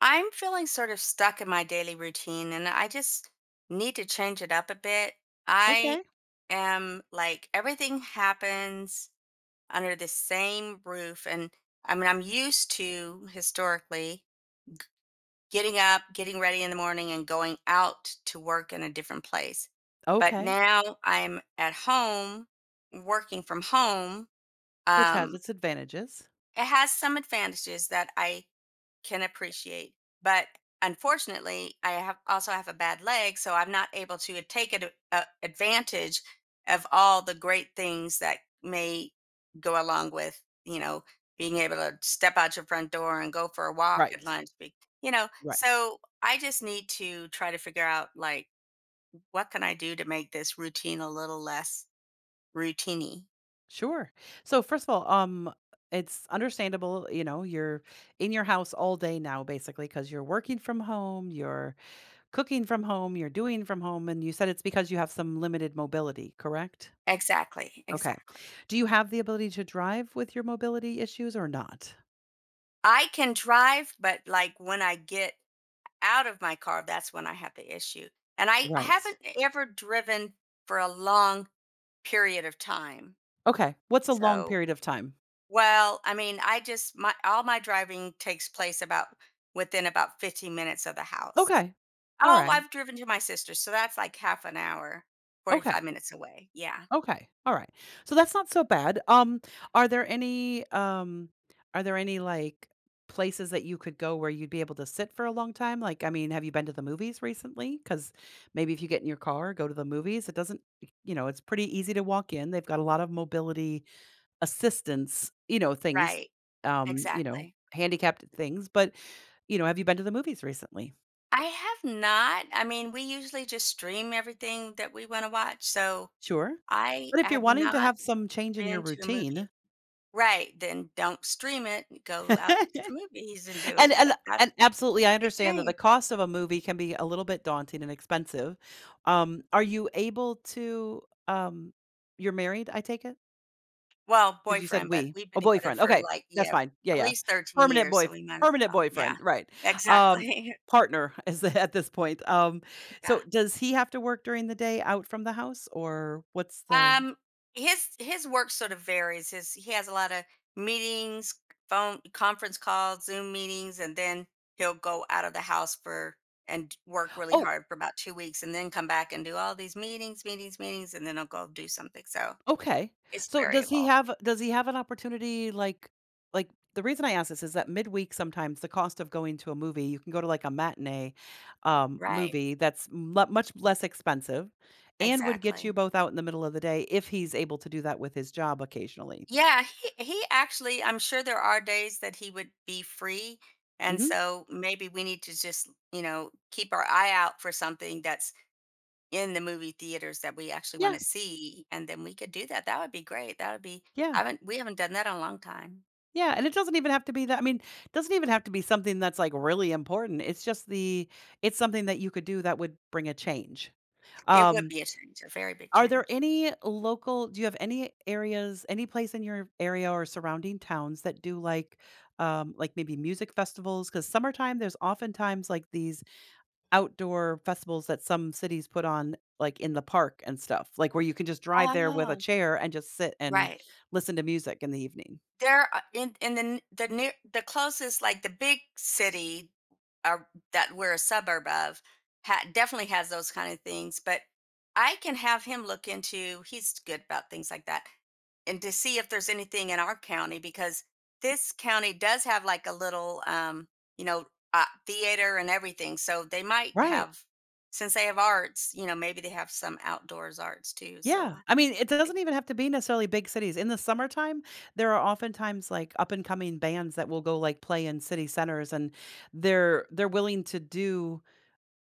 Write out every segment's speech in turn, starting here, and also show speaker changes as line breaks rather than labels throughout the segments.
I'm feeling sort of stuck in my daily routine and I just need to change it up a bit. I
Okay.
am, like, everything happens under the same roof. And I'm used to, historically, getting up, getting ready in the morning and going out to work in a different place. But
Okay.
now I'm at home working from home.
Which has
Um
its advantages.
it has some advantages that I can appreciate. But unfortunately, I have also have a bad leg, so I'm not able to take advantage of all the great things that may go along with, being able to step out your front door and go for a walk at
Right.
lunch. You know,
Right.
so I just need to try to figure out, like, what can I do to make this routine a little less routiny?
Sure. So first of all, it's understandable, you know, you're in your house all day now, basically, because you're working from home, you're cooking from home, you're doing from home, and you said it's because you have some limited mobility, correct?
Exactly,
Okay.
exactly.
Do you have the ability to drive with your mobility issues or not?
I can drive, but, like, when I get out of my car, that's when I have the issue. And I
Right.
haven't ever driven for a long period of time.
Okay. What's a long
So,
period of time?
well, I mean, I just my all my driving takes place about within about 15 minutes of the house.
Okay. All
Oh,
right.
I've driven to my sister's, so that's like half an hour, 45
Okay.
minutes away. Yeah,
Okay. All right. So that's not so bad. Are there any like places that you could go where you'd be able to sit for a long time? Like, I mean, have you been to the movies recently? Because maybe if you get in your car, go to the movies, it doesn't, you know, it's pretty easy to walk in. They've got a lot of mobility assistance, you know, things,
right.
you know,
Exactly.
handicapped things. But, you know, have you been to the movies recently?
I have not. I mean, we usually just stream everything that we want to watch. So
Sure.
I
But
I
if you're
have
wanting to
not
have some change in your
been to a movie.
routine.
Right, then don't stream it, go out to the movies and do
And
it.
and
That's
and absolutely,
a
I
big
understand that the
change.
cost of a movie can be a little bit daunting and expensive. Are you able to um, you're married, I take it,
Well,
because you said
boyfriend, but
"we."
we've
Oh,
been together
boyfriend,
for,
okay,
like,
that's
yeah,
fine. Yeah,
at
yeah.
least 13
Permanent
years,
boy
so we might as
permanent
well. Yeah,
boyfriend, right. Um,
exactly.
partner is at this point.
Yeah.
So does he have to work during the day out from the house, or what's the—
Um, his work sort of varies. His He has a lot of meetings, phone conference calls, Zoom meetings, and then he'll go out of the house for and work really
Oh,
hard for about 2 weeks and then come back and do all these meetings, meetings, meetings, and then he'll go do something, so
okay.
it's
So
variable.
does he have an opportunity like the reason I ask this is that midweek sometimes the cost of going to a movie, you can go to like a matinee
Right,
movie that's mu much less expensive and would get
exactly.
you both out in the middle of the day if he's able to do that with his job occasionally.
Yeah, he actually, I'm sure there are days that he would be free, and
Mhm.
so maybe we need to just, you know, keep our eye out for something that's in the movie theaters that we actually
Yeah.
wanna see, and then we could do that. That would be great. That would be I
Yeah.
haven't we haven't done that in a long time.
Yeah, and it doesn't even have to be that, I mean, it doesn't even have to be something that's like really important. It's just the it's something that you could do that would bring a change.
It would
Um,
be a change, a very big
are there
change.
any local do you have any areas, any place in your area or surrounding towns that do, like maybe music festivals? Because summertime, there's oftentimes like these outdoor festivals that some cities put on, like in the park and stuff, like where you can just drive there with a
Oh,
chair and just sit and
right.
listen to music in the evening.
There are in the near the closest, like, the big city are that we're a suburb of definitely has those kind of things. But I can have him look into He's good about things like that, and to see if there's anything in our county. Because this county does have like a little, you know theater and everything, so they might
Right.
have, since they have arts, you know, maybe they have some outdoors arts too. So
Yeah. I mean, it
sì.
doesn't even have to be necessarily big cities. In the summertime, there are oftentimes like up and coming bands that will go like play in city centers and they're willing to do,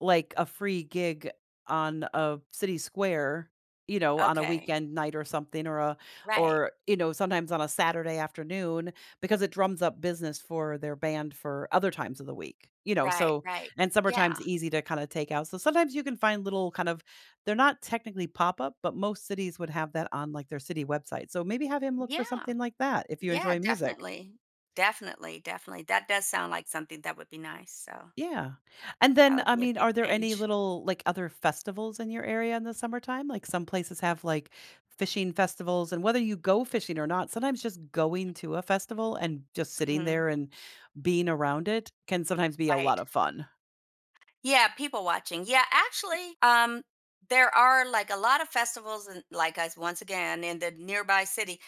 like, a free gig on a city square, you know, on a
Okay.
weekend night or something, or a—
Right.
or, you know, sometimes on a Saturday afternoon because it drums up business for their band for other times of the week, you know.
Right,
So,
right.
and
Yeah.
summertime's easy to kinda take out, so sometimes you can find little kind of— they're not technically pop-up, but most cities would have that on, like, their city website, so maybe have him look for
Yeah.
something like that if you
Yeah,
enjoy music.
definitely. Definitely, definitely. That does sound like something that would be nice, so
Yeah. And
that
then,
would
I
be a
mean,
big
are there any
change.
little, like, other festivals in your area in the summertime? Like, some places have, like, fishing festivals, and whether you go fishing or not, sometimes just going to a festival and just sitting
Mhm.
there and being around it can sometimes be a lot
Right.
of fun.
Yeah, people watching. Yeah, actually, there are like a lot of festivals, and like once again in the nearby city,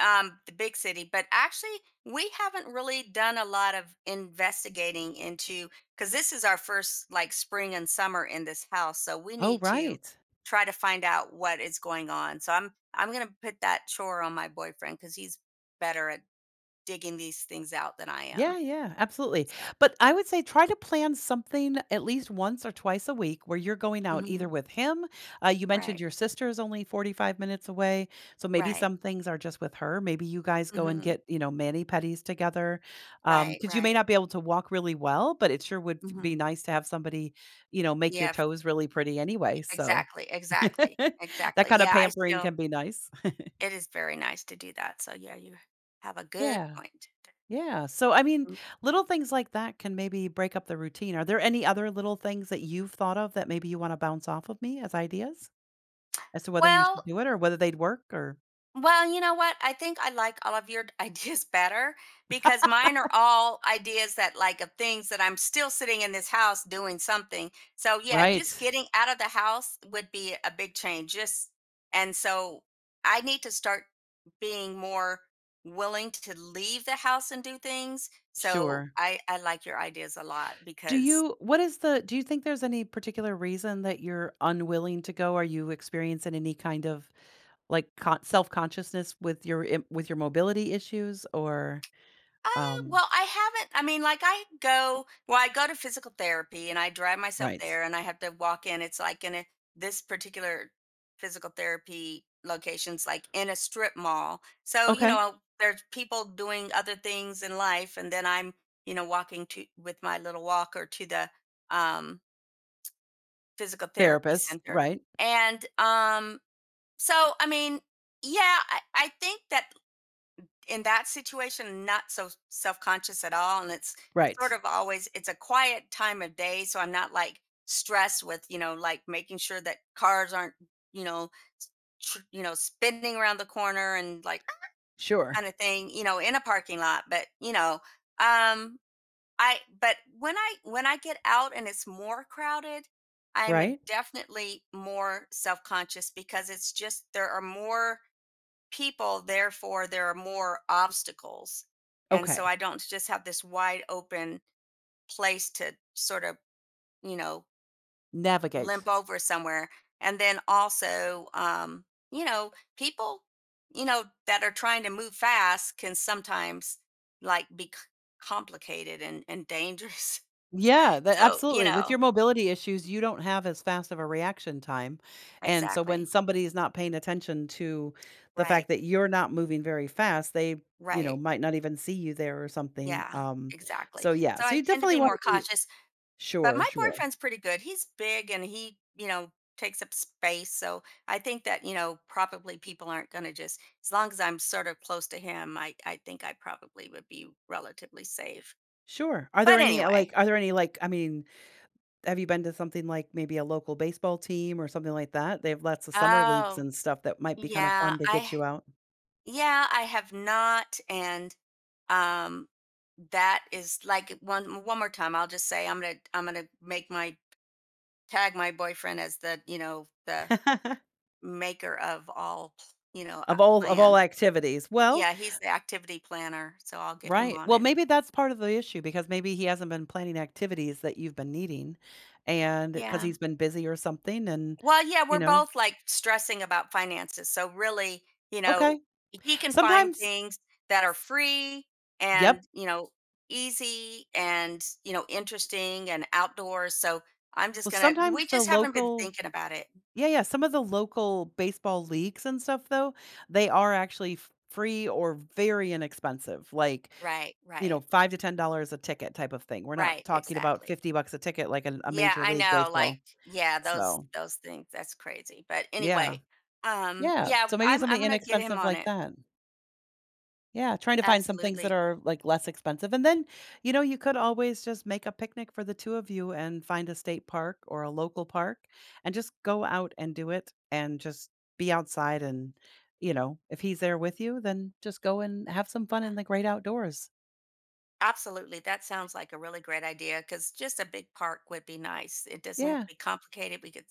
the big city. But actually, we haven't really done a lot of investigating into because this is our first like spring and summer in this house, so we
Oh,
need to
right.
try to find out what is going on. So I'm gonna put that chore on my boyfriend because he's better at digging these things out than I am.
Yeah, yeah, absolutely.
So,
But I would say try to plan something at least once or twice a week where you're going out
mhm,
either with him. You mentioned
right,
your sister is only 45 minutes away. So maybe
right.
some things are just with her. Maybe you guys go and
Hmm.
get, you know, mani pedis together.
Right,
Because you may
right.
not be able to walk really well, but it sure would be
Mhm.
nice to have somebody, you know, make your
Yeah, f
toes really pretty anyway. So
Exactly, exactly,
that
exactly.
kind of
Yeah, I
pampering
still,
can be nice.
it is very nice to do that, so yeah, you have a good
Yeah.
point.
Yeah. So, I mean,
Mm.
little things like that can maybe break up the routine. Are there any other little things that you've thought of that maybe you want to bounce off of me as ideas as to whether you should
Well
do it or whether they'd work, or?
Well, you know what? I think I like all of your ideas better, because mine are all ideas that, like, of things that I'm still sitting in this house doing something. So yeah,
Right.
just getting out of the house would be a big change. Just and so I need to start being more willing to leave the house and do things. So
Sure.
I like your ideas a lot. Because
Do you think there's any particular reason that you're unwilling to go? Are you experiencing any kind of like self consciousness with your, with your mobility issues, or,
Uh,
um,
well, I haven't. I mean, like I go, well, I go to physical therapy and I drive myself
right.
there and I have to walk in. It's like in a, this particular physical therapy location's like in a strip mall. So, you
Okay.
know, there's people doing other things in life, and then I'm, you know, walking to with my little walker to the um physical therapy
Therapists.
center.
Right.
And so I mean, yeah, I think that in that situation, not so self-conscious at all. And it's sort
Right.
of always it's a quiet time of day, so I'm not, like, stressed with, you know, like, making sure that cars aren't, you know, s you know, spinning around the corner and, like,
Sure.
kinda thing, you know, in a parking lot. But, you know, um, I, but when I get out and it's more crowded, I'm a
Right.
definitely more self-conscious, because it's just there are more people, therefore there are more obstacles. And so
Okay.
I don't just have this wide open place to sort of, you know,
Navigate.
limp over somewhere. And then also, you know, people, you know, that are trying to move fast can sometimes, like, complicated and dangerous.
Yeah, that
So, you
absolutely. With your
know,
mobility issues, you don't have as fast of a reaction time, and so when
exactly.
somebody is not paying attention to the fact
Right.
that you're not moving very fast, they, you know,
Right.
might not even see you there or something,
Yeah, exactly.
so yeah,
So
so
I
you
tend to
definitely
be
wanna
more
be—
cautious. But
Sure,
my
sure,
boyfriend's pretty good. He's big, and he, you know, takes up space. So I think that, you know, probably people aren't going to, just as long as I'm sort of close to him, I think I probably would be relatively safe.
sure. Are there
But
any, like,
anyway,
are there any, like, I mean, have you been to something like maybe a local baseball team or something like that? They have lots of summer leagues
oh,
and stuff that might be kinda
yeah,
fun to get you out.
yeah, I have not. Um, that is like one more time. I'll just say I'm gonna make my tag my boyfriend as the, you know, the maker of all,
Of all, of
plans.
all activities. Well,
Yeah, he's the activity planner, so I'll get him
right.
on
Well,
it.
maybe that's part of the issue because maybe he hasn't been planning activities that you've been needing, and because
Yeah.
he's been busy or something. And,
Well, yeah,
you
we're
know,
both like stressing about finances. So really, you
okay.
know, he can find
Sometimes,
things that are free
yep.
and, you know, easy and, you know, interesting and outdoors. So I'm just
Well,
going to,
sometimes
we
the
just haven't been
local—
thinking about it.
yeah, yeah. Some of the local baseball leagues and stuff, though, they are actually free or very inexpensive. Like,
Right,
you know,
right.
$5 to $10 a ticket type of thing. We're not
Right,
talking about
exactly.
$50 a ticket like an, a
Yeah,
major
I
league
know, like,
baseball.
yeah, those
So,
those things, that's crazy. But
yeah,
anyway,
yeah.
yeah,
So maybe
I'm
something
going to get him
inexpensive
on
like
it.
that. Yeah, trying to find some things that
Absolutely.
are, like, less expensive, and then, you know, you could always just make a picnic for the two of you and find a state park or a local park and just go out and do it and just be outside and, you know, if he's there with you, then just go and have some fun in the great outdoors.
Absolutely. That sounds like a really great idea, because just a big park would be nice. It doesn't have to
Yeah.
be complicated. We could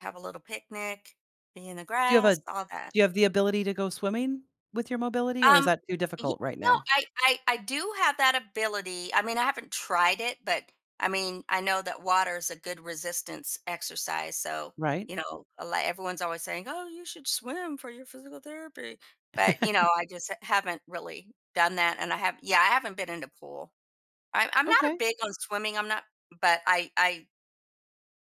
have a little picnic, be in the
Do you have a
grass,
do
all that.
you have the ability to go swimming with your mobility, or is
Um,
that too
yeah,
difficult right
no,
now?
I do have that ability. I mean, I haven't tried it, but I mean, I know that water is a good resistance exercise. So,
Right?
you know, a lot, everyone's always saying, oh, you should swim for your physical therapy. But, you know, I just haven't really done that. And I have, yeah, I haven't been in the pool. I'm not a
Okay.
big on swimming, I'm not, but I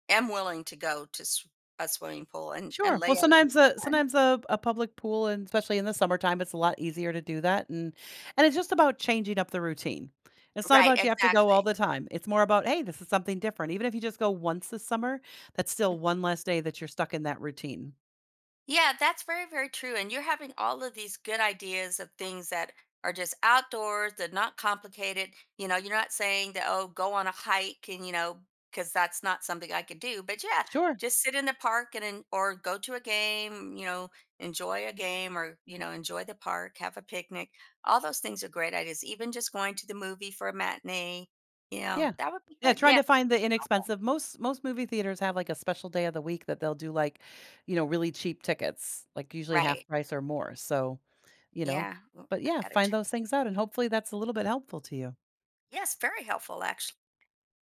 am willing to go to sw a swimming pool and
Sure.
lay
Well,
out in the sun.
sometimes a public pool, and especially in the summertime, it's a lot easier to do that, and it's just about changing up the routine. It's not
Right,
about you have to go all
exactly.
the time. It's more about, hey, this is something different. Even if you just go once this summer, that's still one less day that you're stuck in that routine.
Yeah, that's very, very true. And you're having all of these good ideas of things that are just outdoors, they're not complicated. You know, you're not saying that, oh, go on a hike and, you know, because that's not something I could do. But yeah,
Sure.
just sit in the park and, or go to a game, you know, enjoy a game, or, you know, enjoy the park, have a picnic. All those things are great ideas. Even just going to the movie for a matinee, you know,
Yeah.
that would be
Yeah,
good. Yeah,
trying to find the inexpensive. Most movie theaters have like a special day of the week that they'll do, like, you know, really cheap tickets, like usually half
right.
price or more. So, you know,
Yeah.
but
I
yeah,
gotta
find
check.
those things out and hopefully that's a little bit helpful to you.
Yes, very helpful, actually.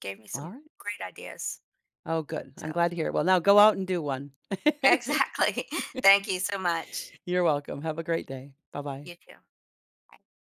Gave me
All
some
right.
great ideas.
Oh, good. I'm
So
glad to hear it. Well, now go out and do one.
exactly. Thank you so much.
You're welcome. Have a great day. Bye bye.
You too.